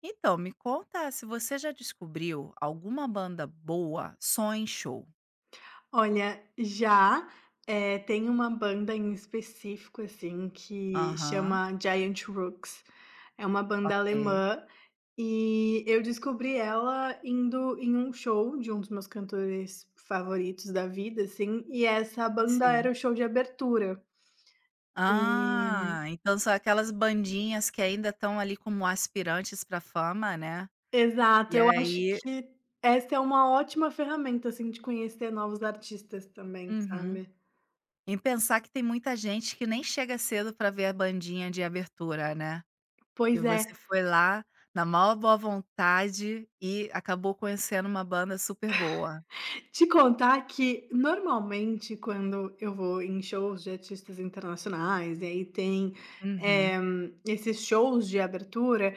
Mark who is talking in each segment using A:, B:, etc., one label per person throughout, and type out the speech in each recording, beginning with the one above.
A: Então, me conta se você já descobriu alguma banda boa só em show.
B: Olha, já, tem uma banda em específico, assim, que
A: Aham,
B: chama Giant Rooks. É uma banda
A: ok,
B: alemã e eu descobri ela indo em um show de um dos meus cantores favoritos da vida, assim, e essa banda
A: sim.
B: era o show de abertura. E
A: Ah, então são aquelas bandinhas que ainda estão ali como aspirantes para fama, né.
B: Exato,
A: E
B: eu acho
A: aí
B: que essa é uma ótima ferramenta, assim, de conhecer novos artistas também,
A: uhum.
B: sabe.
A: E pensar que tem muita gente que nem chega cedo para ver a bandinha de abertura, né. E
B: Pois é.
A: você foi lá na maior boa vontade e acabou conhecendo uma banda super boa.
B: Te contar que normalmente quando eu vou em shows de artistas internacionais, e aí tem,
A: Uhum.
B: eh, esses shows de abertura,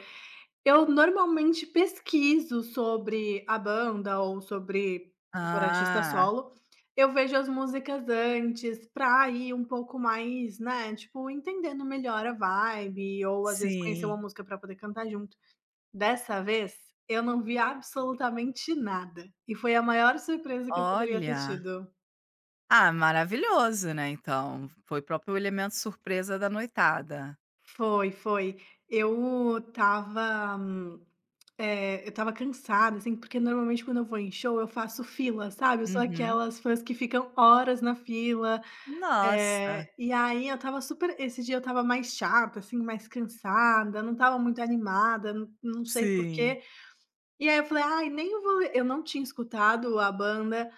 B: eu normalmente pesquiso sobre a banda ou sobre, se for artista
A: Ah,
B: solo, eu vejo as músicas antes pra ir um pouco mais, né, tipo, entendendo melhor a vibe ou às vezes conhecer uma
A: sim.
B: música pra poder cantar junto. Dessa vez, eu não vi absolutamente nada, e foi a maior surpresa que eu poderia ter
A: Olha.
B: tido.
A: Ah, maravilhoso, né, então. Foi próprio elemento surpresa da noitada.
B: Foi, foi. Eu estava, eu tava cansada, assim, porque normalmente quando eu vou em show eu faço fila, sabe, eu sou
A: Uhum.
B: aquelas fãs que ficam horas na fila,
A: Nossa.
B: e aí eu tava super esse dia eu tava mais chata, assim, mais cansada, não tava muito animada, não sei
A: Sim.
B: porquê. E aí eu falei: "Ai, nem eu vou", eu não tinha escutado a banda.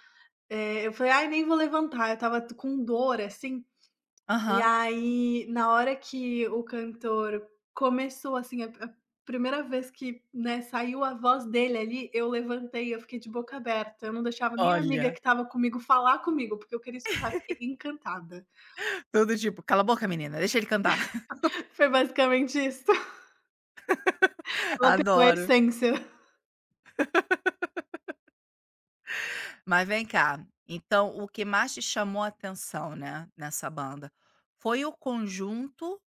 B: É, eu falei: "Ai, nem vou levantar", eu estava t com dor, assim. E
A: Aham.
B: aí, na hora que o cantor começou, assim, a primeira vez que, né, saiu a voz dele ali, eu levantei, eu fiquei de boca aberta, eu não deixava nem a amiga
A: Olha,
B: que estava comigo falar comigo, porque eu queria escutar, eu fiquei encantada.
A: tudo tipo: "Cala a boca menina, deixa ele cantar".
B: Foi basicamente isso. Ela pegou a
A: Adoro.
B: essência.
A: Mas vem cá, então o que mais te chamou a atenção, né, nessa banda, foi o conjunto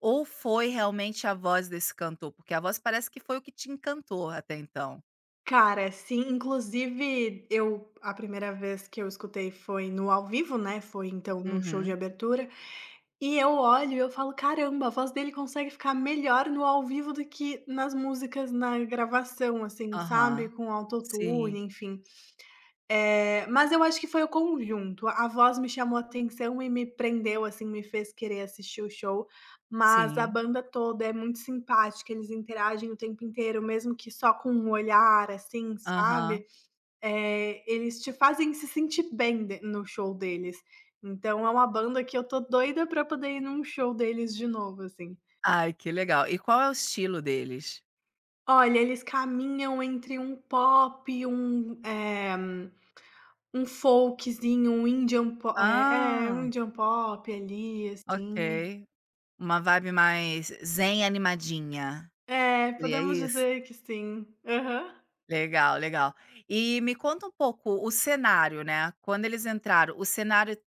A: ou foi realmente a voz desse cantor? Porque a voz parece que foi o que te encantou até então.
B: Cara, sim, inclusive eu a primeira vez que eu escutei foi no ao vivo, né, foi então no show de
A: Uhum.
B: abertura. E eu olho e eu falo: "Caramba, a voz dele consegue ficar melhor no ao vivo do que nas músicas na gravação", assim, sabe,
A: Aham.
B: com
A: Sim,
B: autotune, enfim. Mas eu acho que foi o conjunto, a voz me chamou a atenção e me prendeu, assim, me fez querer assistir o show, mas a
A: sim.
B: banda toda é muito simpática, eles interagem o tempo inteiro, mesmo que só com um olhar, assim,
A: Aham.
B: sabe. Eles te fazem se sentir bem de no show deles. Então é uma banda que eu tô doida pra poder ir num show deles de novo, assim.
A: Ai, que legal. E qual é o estilo deles?
B: Olha, eles caminham entre um pop, um, um folkzinho, um Indian pop, é, é, um
A: Ah,
B: Indian pop ali, assim.
A: ok. Uma vibe mais zen animadinha.
B: É,
A: Seria
B: podemos
A: isso?
B: dizer que sim. Aham.
A: Legal, legal. E me conta um pouco o cenário, né, quando eles entraram, o cenário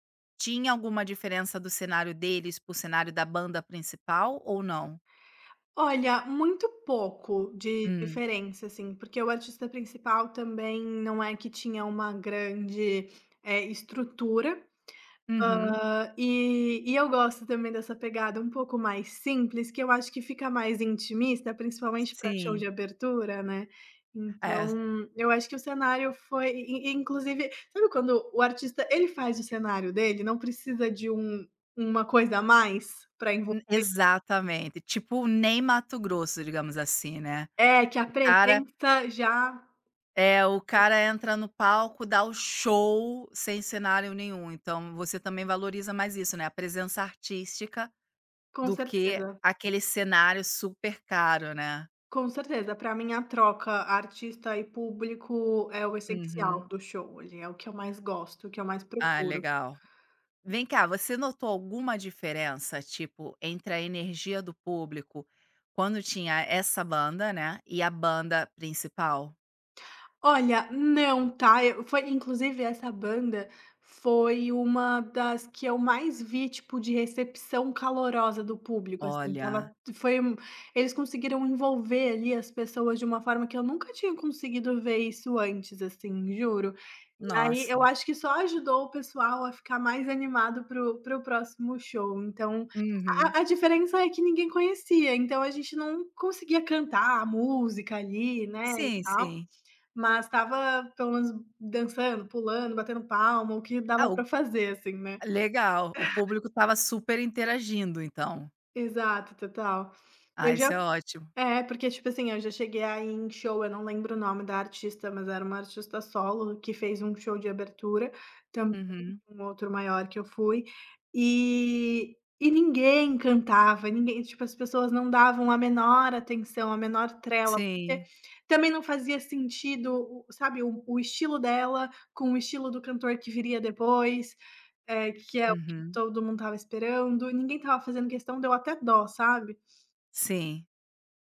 A: tinha alguma diferença do cenário deles pro cenário da banda principal ou não?
B: Olha, muito pouco de
A: Hum.
B: diferença, assim, porque o artista principal também não é que tinha uma grande, estrutura,
A: Uhum.
B: hã, e eu gosto também dessa pegada um pouco mais simples, que eu acho que fica mais intimista, principalmente para show
A: Sim.
B: de abertura, né.
A: É,
B: Então, eu acho que o cenário foi e inclusive, sabe quando o artista ele faz o cenário dele, não precisa de um uma coisa a mais para envolver
A: exatamente. Tipo, nem Mato Grosso, digamos assim, né.
B: é, que a
A: O cara
B: presença já.
A: É, o cara entra no palco, dá o show sem cenário nenhum, então você também valoriza mais isso, né, a presença artística
B: Com
A: do que
B: certeza,
A: aquele cenário super caro, né.
B: com certeza. Para mim a troca artista e público é o essencial
A: Uhum.
B: do show, ele é o que eu mais gosto, o que eu mais
A: Ah,
B: procuro.
A: legal. Vem cá, você notou alguma diferença, tipo, entre a energia do público quando tinha essa banda, né, e a banda principal?
B: Olha, não, tá? Eu foi inclusive essa banda foi uma das que eu mais vi, tipo, de recepção calorosa do público, assim,
A: Olha,
B: estava foi um, eles conseguiram envolver ali as pessoas de uma forma que eu nunca tinha conseguido ver isso antes, assim, juro. E aí
A: nossa.
B: eu acho que só ajudou o pessoal a ficar mais animado pro próximo show. Então,
A: Uhum.
B: a diferença é que ninguém conhecia, então a gente não conseguia cantar a música ali, né, e
A: Sim,
B: tal.
A: sim.
B: Mas estava pelo menos dançando, pulando, batendo palma, o que
A: Ah,
B: dava
A: o
B: para fazer, assim, né.
A: Legal, o público estava super interagindo então.
B: Exato, total.
A: Ah,
B: Eu já
A: isso é ótimo.
B: é, porque, tipo assim, eu já cheguei aí em show, eu não lembro o nome da artista, mas era uma artista solo que fez um show de abertura, também
A: Uhum.
B: um outro maior que eu fui, e ninguém cantava, ninguém tipo, as pessoas não davam a menor atenção, a menor trela, porque
A: Sim,
B: também não fazia sentido o sabe, o estilo dela com o estilo do cantor que viria depois, que é o que
A: uhum.
B: todo mundo tava esperando, ninguém tava fazendo questão, deu até dó, sabe.
A: Sim.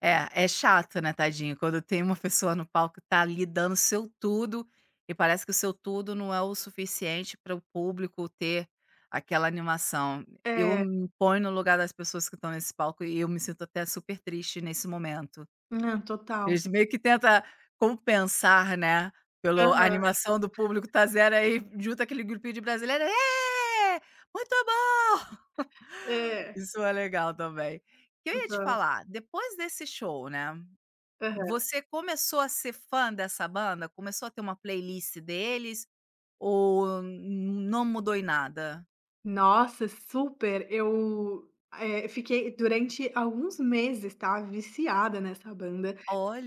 A: É, é chato, né, tadinho, quando tem uma pessoa no palco que tá ali dando seu tudo, e parece que o seu tudo não é o suficiente para o público ter aquela animação. Eu
B: É.
A: me ponho no lugar das pessoas que estão nesse palco e eu me sinto até super triste nesse momento.
B: Não, total.
A: Eles meio que tenta compensar, né, pelo a
B: Aham.
A: animação do público tá zero aí junta aquele grupinho de brasileiro: "Ê, muito bom!".
B: É,
A: Isso é legal também. Que eu ia te
B: exato.
A: falar, depois desse show, né,
B: Aham.
A: você começou a ser fã dessa banda? Começou a ter uma playlist deles ou não mudou em nada?
B: Nossa, super. Eu, fiquei durante alguns meses, tá, viciada nessa banda.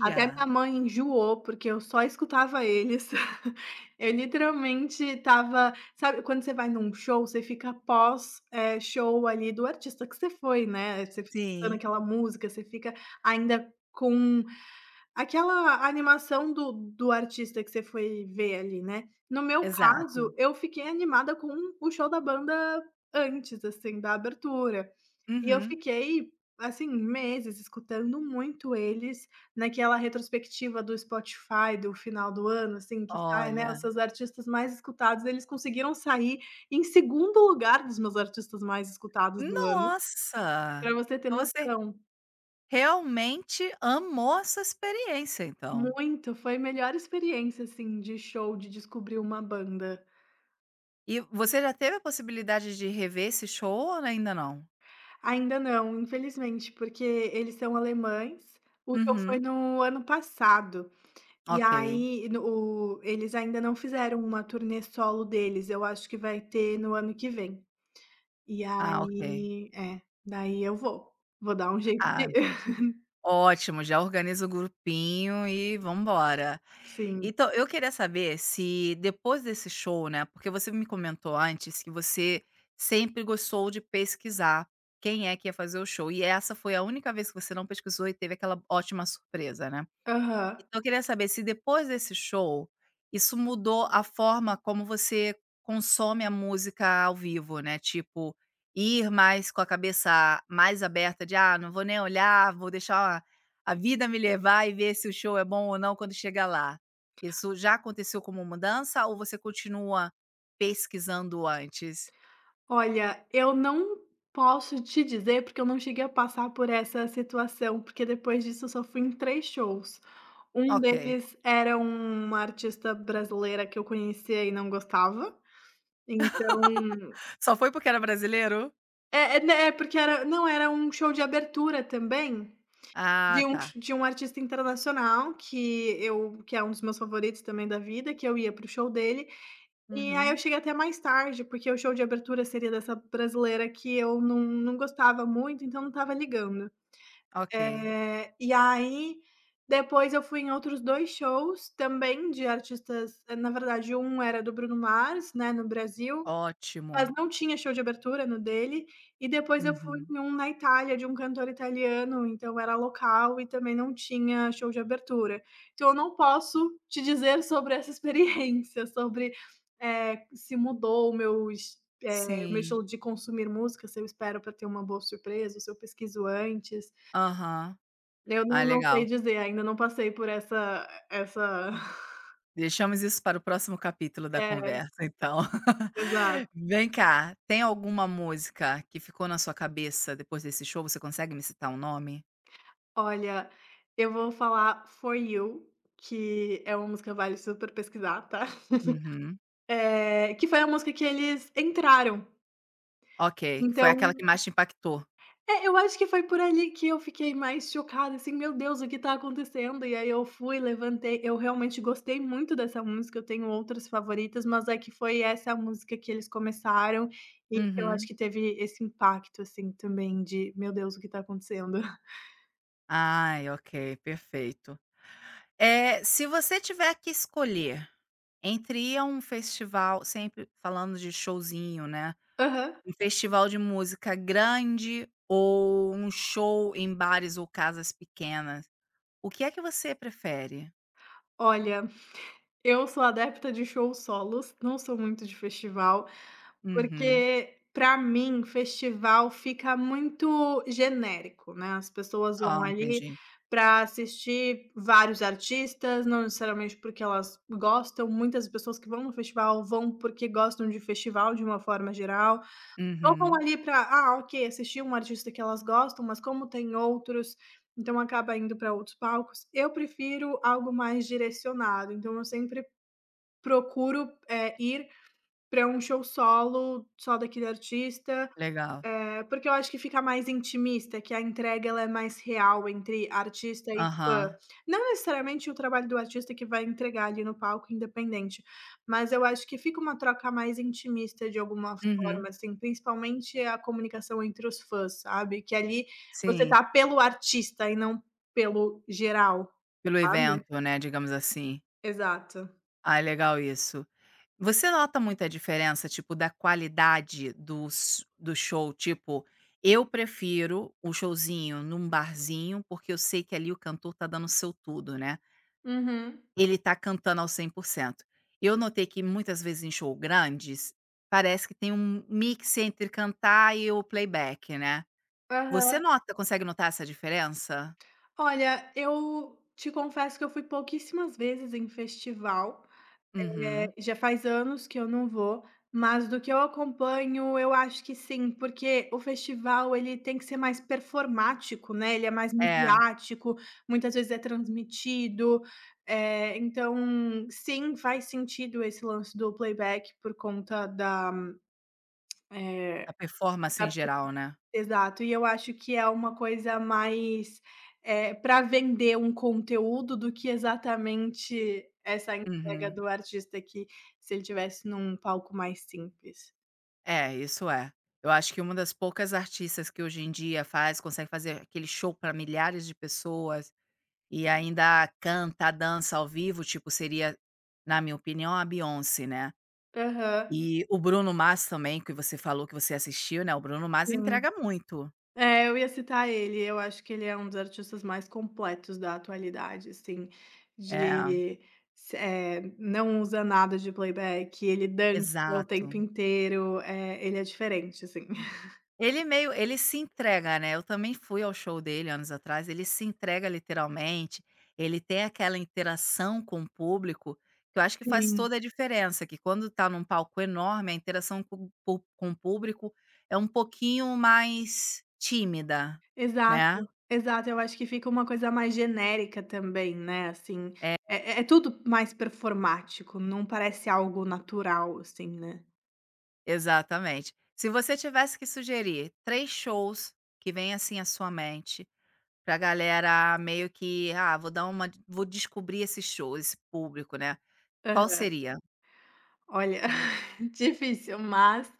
B: Até minha mãe enjoou, porque eu só escutava eles. Eu literalmente estava sabe quando você vai num show, você fica pós, show ali do artista que você foi, né, você fica escutando
A: Sim,
B: aquela música, você fica ainda com aquela animação do artista que você foi ver ali, né. No meu
A: exato.
B: caso, eu fiquei animada com o show da banda antes, assim, da abertura. E eu
A: Uhum.
B: fiquei, assim, meses escutando muito eles naquela retrospectiva do Spotify do final do ano, assim, que sai, né,
A: Olha.
B: os seus artistas mais escutados, eles conseguiram sair em segundo lugar dos meus artistas mais escutados do ano, para
A: Nossa!
B: você ter
A: Então você
B: noção.
A: Realmente amou essa experiência, então.
B: Muito, foi a melhor experiência, assim, de show, de descobrir uma banda.
A: E você já teve a possibilidade de rever esse show ou ainda não?
B: Ainda não, infelizmente, porque eles são alemães. O show foi
A: Uhum.
B: no ano passado, e
A: Ok.
B: aí no o eles ainda não fizeram uma turnê solo deles, eu acho que vai ter no ano que vem. E
A: Ah, ok.
B: aí é, daí eu vou, vou dar um jeito de
A: Ah, ótimo, já organiza o grupinho e vambora.
B: Sim,
A: Então, eu queria saber se depois desse show, né, porque você me comentou antes que você sempre gostou de pesquisar quem é que ia fazer o show, e essa foi a única vez que você não pesquisou e teve aquela ótima surpresa, né?
B: aham.
A: Então eu queria saber se depois desse show, isso mudou a forma como você consome a música ao vivo, né, tipo, ir mais com a cabeça mais aberta de: "Ah, não vou nem olhar, vou deixar a vida me levar e ver se o show é bom ou não quando chegar lá". Isso já aconteceu como mudança ou você continua pesquisando antes?
B: Olha, eu não posso te dizer, porque eu não cheguei a passar por essa situação, porque depois disso eu só fui em 3 shows. Um
A: Ok.
B: deles era uma artista brasileira que eu conhecia e não gostava, então
A: Só foi porque era brasileiro?
B: é é, né, é porque era não, era um show de abertura também, de
A: Ah,
B: um
A: tá.
B: sh de um artista internacional que eu que é um dos meus favoritos também da vida, que eu ia para o show dele. E aí eu
A: Uhum.
B: cheguei até mais tarde, porque o show de abertura seria dessa brasileira que eu não gostava muito, então não estava ligando.
A: Ok.
B: E aí, depois eu fui em outros 2 shows também de artistas na verdade, um era do Bruno Mars, né, no Brasil,
A: Ótimo.
B: mas não tinha show de abertura no dele, e depois eu fui
A: Uhum.
B: em um na Itália, de um cantor italiano, então era local e também não tinha show de abertura. Então eu não posso te dizer sobre essa experiência, sobre, se mudou o meu es meu
A: Sim.
B: estilo de consumir música, se eu espero pra ter uma boa surpresa, ou se eu pesquiso antes.
A: Aham.
B: Eu
A: Ah,
B: não
A: legal.
B: sei dizer, ainda não passei por essa essa
A: Deixamos isso para o próximo capítulo da
B: É,
A: conversa, então.
B: exato.
A: Vem cá, tem alguma música que ficou na sua cabeça depois desse show? Você consegue me citar um nome?
B: Olha, eu vou falar For You, que é uma música que vale super pesquisar, tá.
A: Uhum.
B: Que foi a música que eles entraram.
A: Ok, que foi aquela
B: Então
A: que mais te impactou.
B: é, eu acho que foi por ali que eu fiquei mais chocada, assim: "Meu Deus, o que tá acontecendo?". E aí eu fui, levantei eu realmente gostei muito dessa música, eu tenho outras favoritas, mas é que foi essa música que eles começaram e que eu acho
A: Uhum.
B: que teve esse impacto, assim, também de: "Meu Deus, o que tá acontecendo?".
A: Ai, ok, perfeito. Eh, se você tiver que escolher entre ir a um festival, sempre falando de showzinho, né,
B: Aham.
A: um festival de música grande ou um show em bares ou casas pequenas, o que é que você prefere?
B: Olha, eu sou adepta de shows solos, não sou muito de festival,
A: Uhum.
B: porque para mim festival fica muito genérico, né, as pessoas vão
A: Ah,
B: ali
A: entendi.
B: para assistir vários artistas, não necessariamente porque elas gostam, muitas pessoas que vão no festival vão porque gostam de festival de uma forma geral. Ou vão
A: Uhum.
B: ali pra, ah, ok, assistir um artista que elas gostam, mas como tem outros, então acaba indo para outros palcos. Eu prefiro algo mais direcionado, então eu sempre procuro, ir para um show solo, só daquele artista.
A: Legal.
B: É porque eu acho que fica mais intimista, que a entrega ela é mais real entre artista e
A: Aham.
B: fã. Não necessariamente o trabalho do artista que vai entregar ali no palco, independente, mas eu acho que fica uma troca mais intimista de alguma
A: Uhum.
B: forma, assim, principalmente a comunicação entre os fãs, sabe, que ali você
A: Sim,
B: tá pelo artista e não pelo geral,
A: pelo
B: sabe?
A: evento, né, digamos assim.
B: Exato.
A: Ah, é legal isso. Você nota muita diferença, tipo, da qualidade dos do show? Tipo, eu prefiro o showzinho num barzinho, porque eu sei que ali o cantor tá dando o seu tudo, né.
B: Uhum.
A: Ele tá cantando ao 100%. Eu notei que muitas vezes em show grandes, parece que tem um mix entre cantar e o playback, né. Você
B: Aham.
A: nota consegue notar essa diferença?
B: Olha, eu te confesso que eu fui pouquíssimas vezes em festival.
A: Uhum.
B: Já faz anos que eu não vou, mas do que eu acompanho, eu acho que sim, porque o festival ele tem que ser mais performático, né, ele é mais
A: É,
B: midiático, muitas vezes é transmitido, então sim, faz sentido esse lance do playback por conta da,
A: a
B: eh,
A: performance em
B: da.
A: geral, né.
B: Exato, e eu acho que é uma coisa mais, para vender um conteúdo do que exatamente essa entrega
A: Uhum.
B: do artista que se ele tivesse num palco mais simples.
A: É, isso é. Eu acho que uma das poucas artistas que hoje em dia faz consegue fazer aquele show pra milhares de pessoas, e ainda canta, dança ao vivo, tipo, seria, na minha opinião, a Beyoncé, né.
B: Aham.
A: E o Bruno Mars também, que você falou que você assistiu, né, o Bruno Mars
B: Sim.
A: entrega muito.
B: É, eu ia citar ele, eu acho que ele é um dos artistas mais completos da atualidade, assim,
A: É,
B: de se não usa nada de playback, ele dança o
A: exato.
B: tempo inteiro, ele é diferente, assim.
A: Ele se entrega, né, eu também fui ao show dele anos atrás, ele se entrega literalmente, ele tem aquela interação com o público, que eu acho que faz
B: Sim.
A: toda a diferença, que quando tá num palco enorme, a interação com o público é um pouquinho mais tímida, né.
B: Exato, exato. Eu acho que fica uma coisa mais genérica também, né, assim,
A: É,
B: é é tudo mais performático, não parece algo natural, assim, né.
A: exatamente. Se você tivesse que sugerir 3 shows que vêm, assim, à sua mente, pra galera meio que: "Ah, vou dar uma vou descobrir esse show, esse público", né, qual
B: Aham.
A: seria?
B: Olha, difícil, mas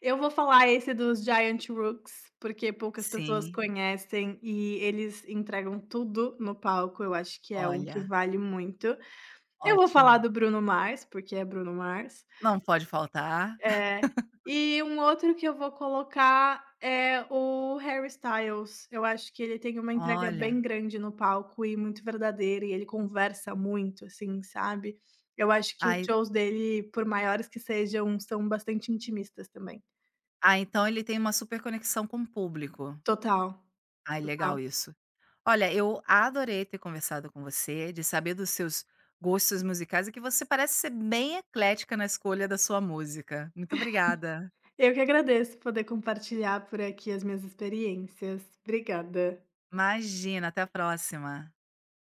B: eu vou falar esse dos Giant Rooks, porque poucas pessoas
A: Sim,
B: conhecem e eles entregam tudo no palco, eu acho que é um que
A: olha,
B: vale muito. Eu vou falar
A: ótimo.
B: do Bruno Mars, porque é Bruno Mars.
A: Não pode faltar.
B: É. E um outro que eu vou colocar é o Harry Styles. Eu acho que ele tem uma entrega
A: Olha,
B: bem grande no palco e muito verdadeira, e ele conversa muito, assim, sabe. Eu acho que os
A: ah,
B: shows dele, por maiores que sejam, são bastante intimistas também.
A: ah, então ele tem uma super conexão com o público.
B: Total,
A: Ai,
B: total.
A: legal isso. Olha, eu adorei ter conversado com você, de saber dos seus gostos musicais e que você parece ser bem eclética na escolha da sua música. Muito obrigada.
B: Eu que agradeço poder compartilhar por aqui as minhas experiências. Obrigada.
A: Imagina, até a próxima.